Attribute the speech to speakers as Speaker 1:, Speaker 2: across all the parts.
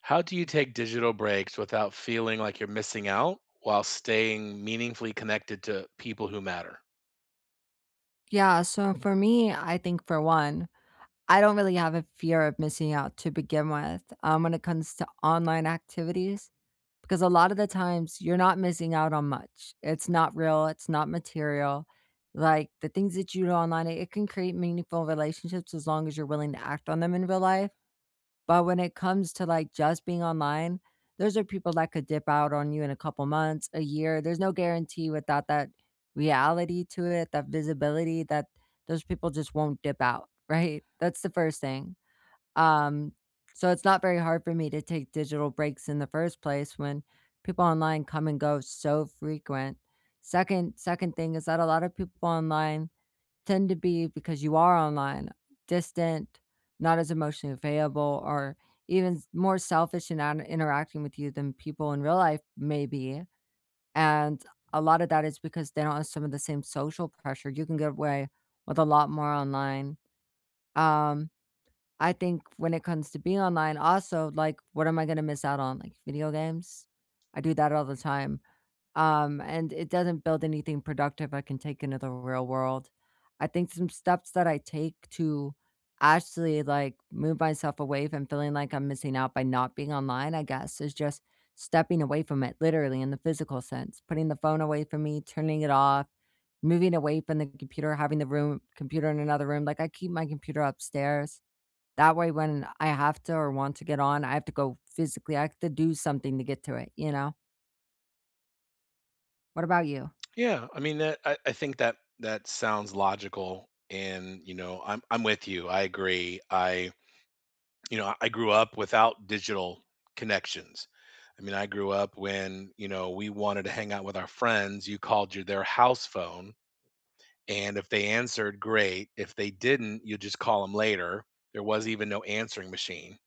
Speaker 1: How do you take digital breaks without feeling like you're missing out while staying meaningfully connected to people who matter?
Speaker 2: Yeah, so for me, I think for one, I don't really have a fear of missing out to begin with when it comes to online activities, because a lot of the times you're not missing out on much. It's not real, it's not material. Like the things that you do online, it can create meaningful relationships as long as you're willing to act on them in real life. But when it comes to, like, just being online, those are people that could dip out on you in a couple months, a year. There's no guarantee without that reality to it, that visibility that those people just won't dip out, right? That's the first thing. Um, so it's not very hard for me to take digital breaks in the first place when people online come and go so frequent. Second thing is that a lot of people online tend to be, because you are online, distant, not as emotionally available, or more selfish in interacting with you than people in real life may be. And a lot of that is because they don't have some of the same social pressure. You can get away with a lot more online. Um, I think when it comes to being online, also, like, what am I going to miss out on? Like video games? I do that all the time and it doesn't build anything productive I can take into the real world. I think some steps that I take to actually like move myself away from feeling like I'm missing out by not being online, I guess, is just stepping away from it, literally in the physical sense, putting the phone away from me, turning it off, moving away from the computer, having the room computer in another room. Like I keep my computer upstairs. That way, when I have to or want to get on, I have to go physically, I have to do something to get to it, you know? What about you?
Speaker 1: Yeah, I mean that I think that that sounds logical, and you know, I'm with you. I agree. I you know, I grew up without digital connections. I mean, I grew up when, you know, we wanted to hang out with our friends, you called your their house phone, and if they answered, great. If they didn't, you just call them later. There was even no answering machine.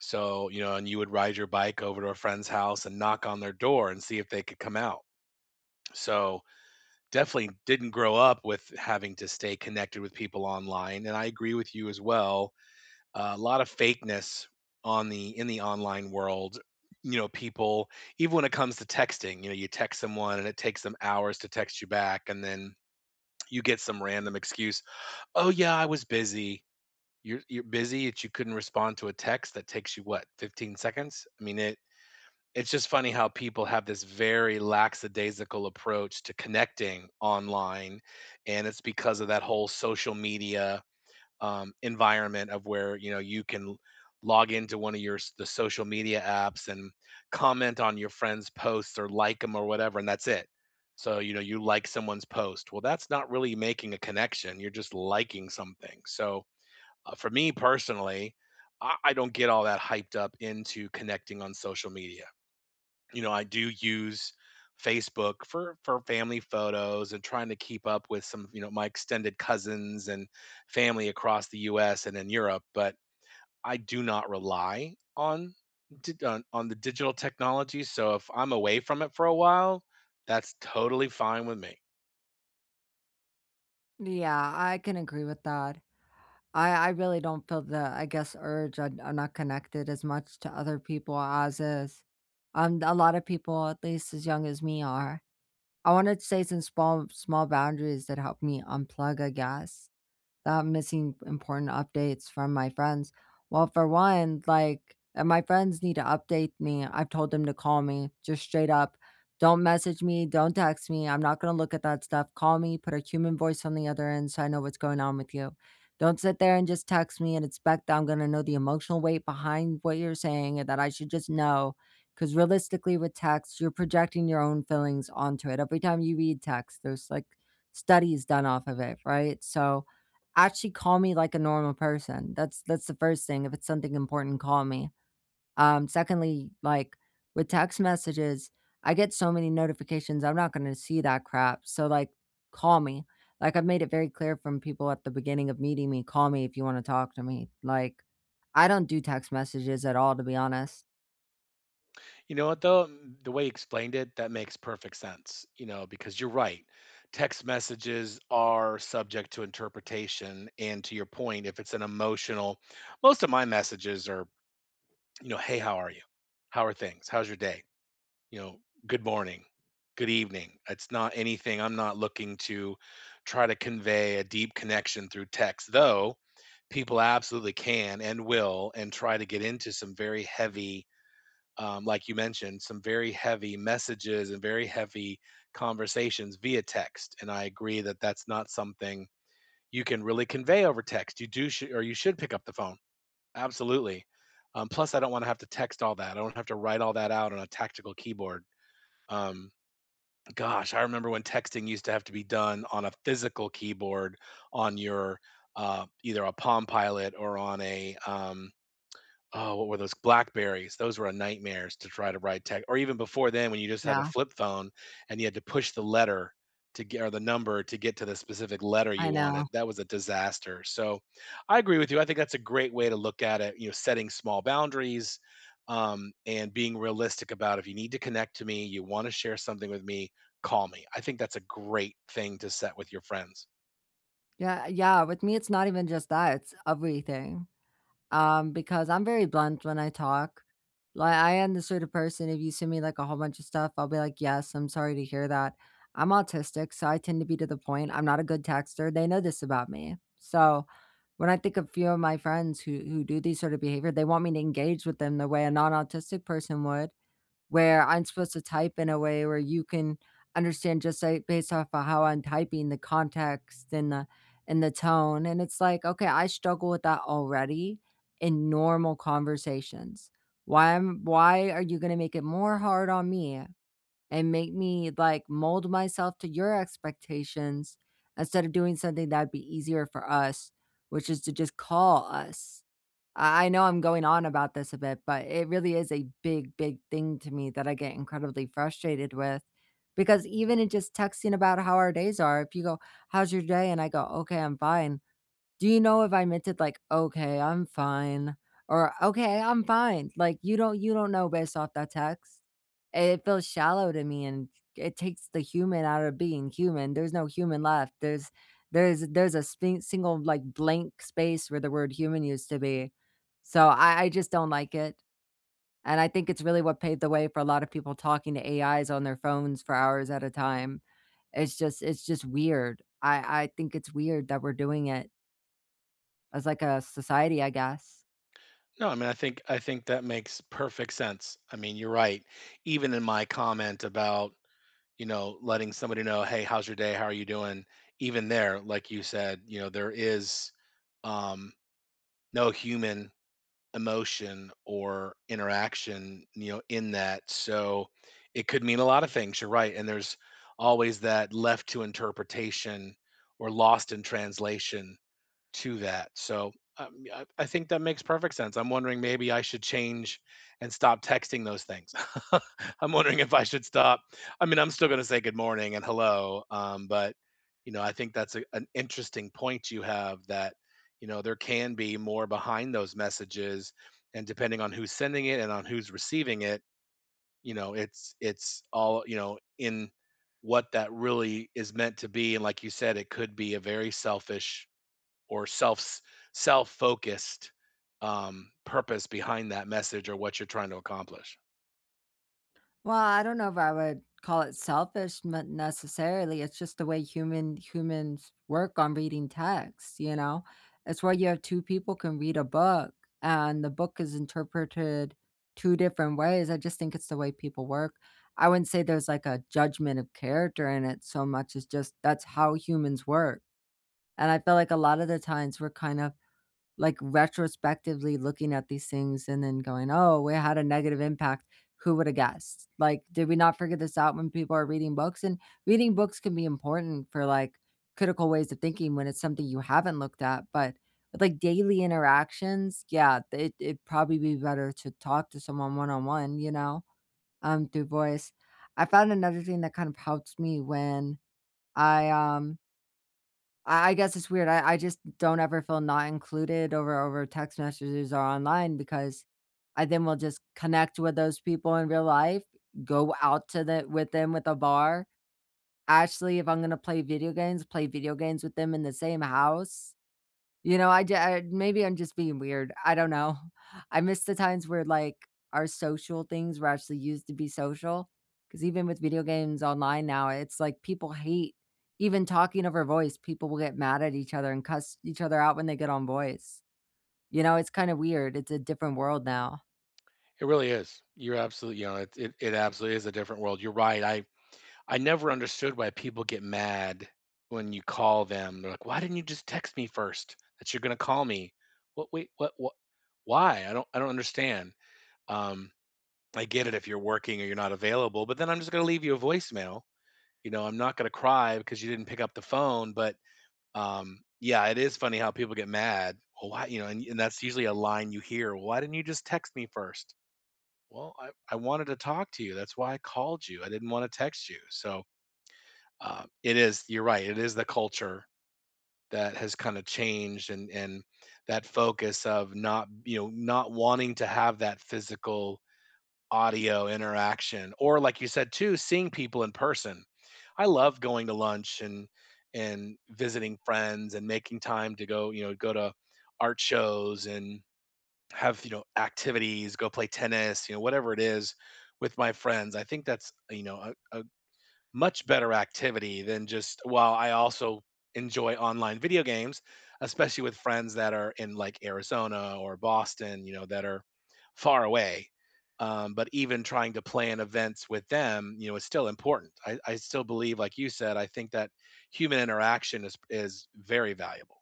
Speaker 1: So, you know, and you would ride your bike over to a friend's house and knock on their door and see if they could come out. So, definitely didn't grow up with having to stay connected with people online. And I agree with you as well. A lot of fakeness on the in the online world. You know, people even when it comes to texting, you know, you text someone and it takes them hours to text you back, and then you get some random excuse. Oh yeah, I was busy. You're busy that you couldn't respond to a text that takes you what 15 seconds? I mean, it it's just funny how people have this very lackadaisical approach to connecting online, and it's because of that whole social media, environment of where, you know, you can log into one of your s the social media apps and comment on your friend's posts or like them or whatever, and that's it. So, you know, you like someone's post. Well, that's not really making a connection, you're just liking something. So, for me personally, I don't get all that hyped up into connecting on social media. You know, I do use Facebook for family photos and trying to keep up with some, you know, my extended cousins and family across the US and in Europe, but I do not rely on on the digital technology, so if I'm away from it for a while, that's totally fine with me.
Speaker 2: Yeah, I can agree with that. I really don't feel the, I guess, urge. I'm not connected as much to other people as is. A lot of people, at least as young as me, are. I wanted to say some small boundaries that help me unplug, I guess, that I'm missing important updates from my friends. Well, for one, like, if my friends need to update me, I've told them to call me just straight up. Don't message me. Don't text me. I'm not going to look at that stuff. Call me, put a human voice on the other end so I know what's going on with you. Don't sit there and just text me and expect that I'm going to know the emotional weight behind what you're saying and that I should just know. Because realistically, with text, you're projecting your own feelings onto it. Every time you read text, there's like studies done off of it, right? So, actually call me like a normal person. That's the first thing. If it's something important, call me. Secondly, like, with text messages, I get so many notifications. I'm not gonna see that crap. So like call me. Like I've made it very clear from people at the beginning of meeting me, call me if you want to talk to me. Like I don't do text messages at all, to be honest.
Speaker 1: You know what though? Mm, the way you explained it, that makes perfect sense, you know, because you're right. Text messages are subject to interpretation. And to your point, if it's an emotional, most of my messages are, you know, hey, how are you? How are things? How's your day? You know, good morning, good evening. It's not anything I'm not looking to try to convey a deep connection through text, though people absolutely can and will and try to get into some very heavy like you mentioned, some very heavy messages and very heavy conversations via text. And I agree that that's not something you can really convey over text. You do, or you should pick up the phone. Absolutely. Plus, I don't want to have to text all that. I don't have to write all that out on a tactical keyboard. Um, gosh, I remember when texting used to have to be done on a physical keyboard on your either a Palm Pilot or on a oh, what were those? Blackberries. Those were a nightmares to try to write text, or even before then when you just had a
Speaker 2: Yeah,
Speaker 1: flip phone and you had to push the letter to get or the number to get to the specific letter
Speaker 2: I
Speaker 1: you
Speaker 2: know.
Speaker 1: wanted. That was a disaster. So I agree with you. I think that's a great way to look at it, you know, setting small boundaries, and being realistic about if you need to connect to me, you want to share something with me, call me. I think that's a great thing to set with your friends.
Speaker 2: Yeah, yeah. With me, it's not even just that, it's everything. Because I'm very blunt when I talk. Like I am the sort of person, if you send me like a whole bunch of stuff, I'll be like, "Yes, I'm sorry to hear that." I'm autistic, so I tend to be to the point. I'm not a good texter. They know this about me. So when I think of few of my friends who do these sort of behavior, they want me to engage with them the way a non-autistic person would, where I'm supposed to type in a way where you can understand just, like, based off of how I'm typing, the context and the tone, and it's like, "Okay, I struggle with that already in normal conversations. Why are you gonna make it more hard on me and make me, like, mold myself to your expectations instead of doing something that'd be easier for us, which is to just call us?" I know I'm going on about this a bit, but it really is a big thing to me that I get incredibly frustrated with, because even in just texting about how our days are, if you go, "How's your day?" And I go, "Okay, I'm fine." Do you know if I meant it like, "Okay, I'm fine," or "Okay, I'm fine," like, you don't know based off that text. It feels shallow to me, and it takes the human out of being human. There's no human left. There's a spin single, like, blank space where the word human used to be. So I just don't like it, and I think it's really what paved the way for a lot of people talking to AIs on their phones for hours at a time. It's just weird. I think it's weird that we're doing it. As like a society, I guess.
Speaker 1: No, I mean, I think that makes perfect sense. I mean, you're right. Even in my comment about, you know, letting somebody know, "Hey, how's your day? How are you doing?" Even there, like you said, you know, there is um no human emotion or interaction, you know, in that. So it could mean a lot of things. You're right. And there's always that left to interpretation or lost in translation to that. So I think that makes perfect sense. I'm wondering maybe I should change and stop texting those things. I'm wondering if I should stop. I mean, I'm still going to say good morning and hello, but you know, I think that's a, an interesting point you have, that you know there can be more behind those messages, and depending on who's sending it and on who's receiving it, you know, it's all you know in what that really is meant to be, and like you said it could be a very selfish or self-focused purpose behind that message or what you're trying to accomplish.
Speaker 2: Well, I don't know if I would call it selfish me necessarily, it's just the way humans work on reading text, you know? It's where you have two people can read a book, and the book is interpreted two different ways, I just think it's the way people work. I wouldn't say there's like a judgment of character in it so much as just that's how humans work, and I feel like a lot of the times we're kind of like, retrospectively looking at these things and then going, "Oh, well, it had a negative impact. Who woulda guessed?" Like, did we not figure this out when people are reading books? And reading books can be important for, like, critical ways of thinking when it's something you haven't looked at, but with, like, daily interactions, yeah, it it'd probably be better to talk to someone one-on-one, you know, through voice. I found another thing that kind of helped me when I, um I guess it's weird. I just don't ever feel not included over text messages or online because I then will just connect with those people in real life, go out to the with them with a bar. Actually, if I'm gonna play video games with them in the same house. You know, I maybe I'm just being weird, I don't know. I miss the times where, like, our social things were actually used to be social. Because even with video games online now, it's like people hate even talking over voice, people will get mad at each other and cuss each other out when they get on voice. You know, it's kinda weird, it's a different world now.
Speaker 1: It really is. You're absolutely, you know, it absolutely is a different world. You're right. I never understood why people get mad when you call them. They're like, "Why didn't you just text me first that you're going to call me?" What? Wait. What? What? Why? I don't. I don't understand. Um, I get it if you're working or you're not available, but then I'm just going to leave you a voicemail. You know, I'm not going to cry because you didn't pick up the phone, but Yeah, it is funny how people get mad. Well, why, you know, and that's usually a line you hear. Why didn't you just text me first? Well, I wanted to talk to you. That's why I called you. I didn't want to text you. So it is, you're right. It is the culture that has kind of changed, and that focus of not, you know, not wanting to have that physical audio interaction, or like you said too, seeing people in person. I love going to lunch and visiting friends and making time to go, you know, go to art shows and have, you know, activities, go play tennis, you know, whatever it is with my friends. I think that's, you know, a much better activity than just well, I also enjoy online video games, especially with friends that are in like Arizona or Boston, you know, that are far away. But even trying to plan events with them, you know, is still important. I still believe, like you said, I think that human interaction is very valuable.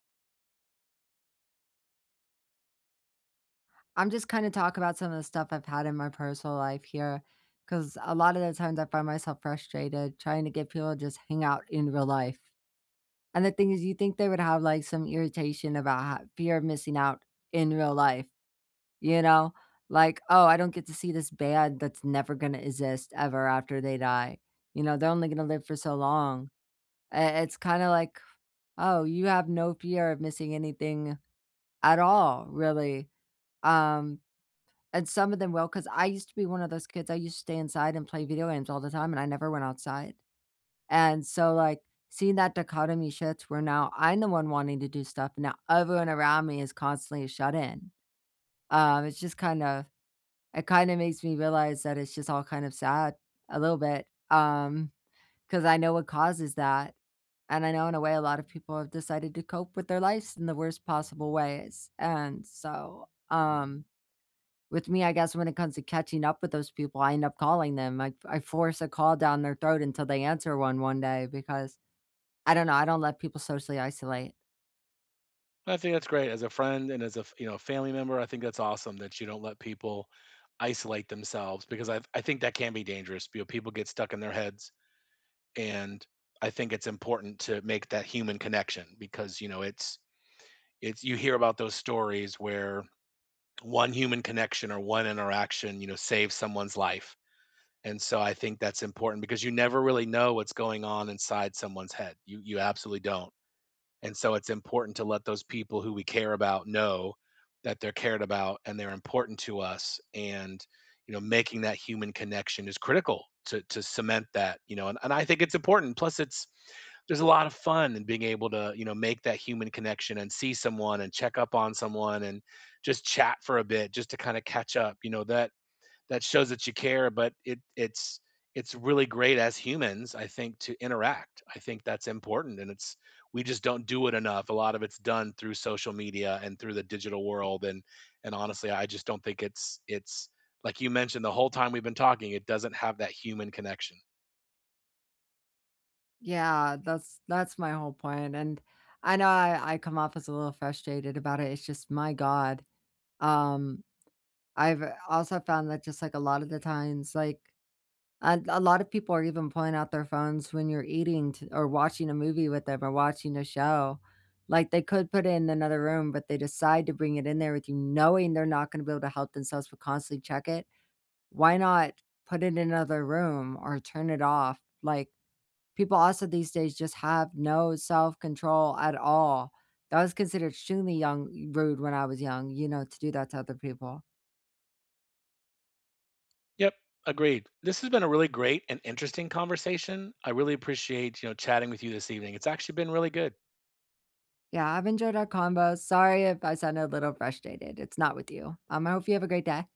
Speaker 2: I'm just kinda talk about some of the stuff I've had in my personal life here, because a lot of the times I find myself frustrated trying to get people to just hang out in real life. And the thing is, you think they would have, like, some irritation about ho fear of missing out in real life, you know? Like, "Oh, I don't get to see this band that's never gonna exist ever after they die." You know, they're only gonna live for so long. I it's kinda like, "Oh, you have no fear of missing anything at all, really." Um, and some of them will, because I used to be one of those kids, I used to stay inside and play video games all the time, and I never went outside. And so, like, seeing that dichotomy shifts where now I'm the one wanting to do stuff, and now everyone around me is constantly shut in. It's just kind of it kind of makes me realize that it's just all kind of sad a little bit. Because I know what causes that. And I know in a way a lot of people have decided to cope with their lives in the worst possible ways. And so, with me, I guess when it comes to catching up with those people, I end up calling them. I force a call down their throat until they answer one day because I don't know, I don't let people socially isolate.
Speaker 1: I think that's great as a friend and as a you know family member. I think that's awesome that you don't let people isolate themselves, because I think that can be dangerous. You know, people get stuck in their heads, and I think it's important to make that human connection, because you know it's you hear about those stories where one human connection or one interaction you know saves someone's life, and so I think that's important, because you never really know what's going on inside someone's head. You absolutely don't, and so it's important to let those people who we care about know that they're cared about and they're important to us. And, you know, making that human connection is critical to cement that, you know, and I think it's important. Plus it's there's a lot of fun in being able to, you know, make that human connection and see someone and check up on someone and just chat for a bit just to kind of catch up. You know, that that shows that you care, but it it's really great as humans, I think, to interact. I think that's important, and it's we just don't do it enough. A lot of it's done through social media and through the digital world, and honestly, I just don't think it's like you mentioned the whole time we've been talking. It doesn't have that human connection.
Speaker 2: Yeah, that's my whole point, and I know I come off as a little frustrated about it, it's just, my god. Um, I've also found that just, like, a lot of the times, like, a lot of people are even pulling out their phones when you're eating t or watching a movie with them or watching a show. Like, they could put it in another room, but they decide to bring it in there with you knowing they're not gonna be able to help themselves but constantly check it. Why not put it in another room or turn it off? Like people also these days just have no self-control at all. That was considered extremely young rude when I was young, you know, to do that to other people.
Speaker 1: Yep, agreed. This has been a really great and interesting conversation. I really appreciate you know chatting with you this evening. It's actually been really good.
Speaker 2: Yeah, I've enjoyed our convo. Sorry if I sounded a little frustrated. It's not with you. I hope you have a great day.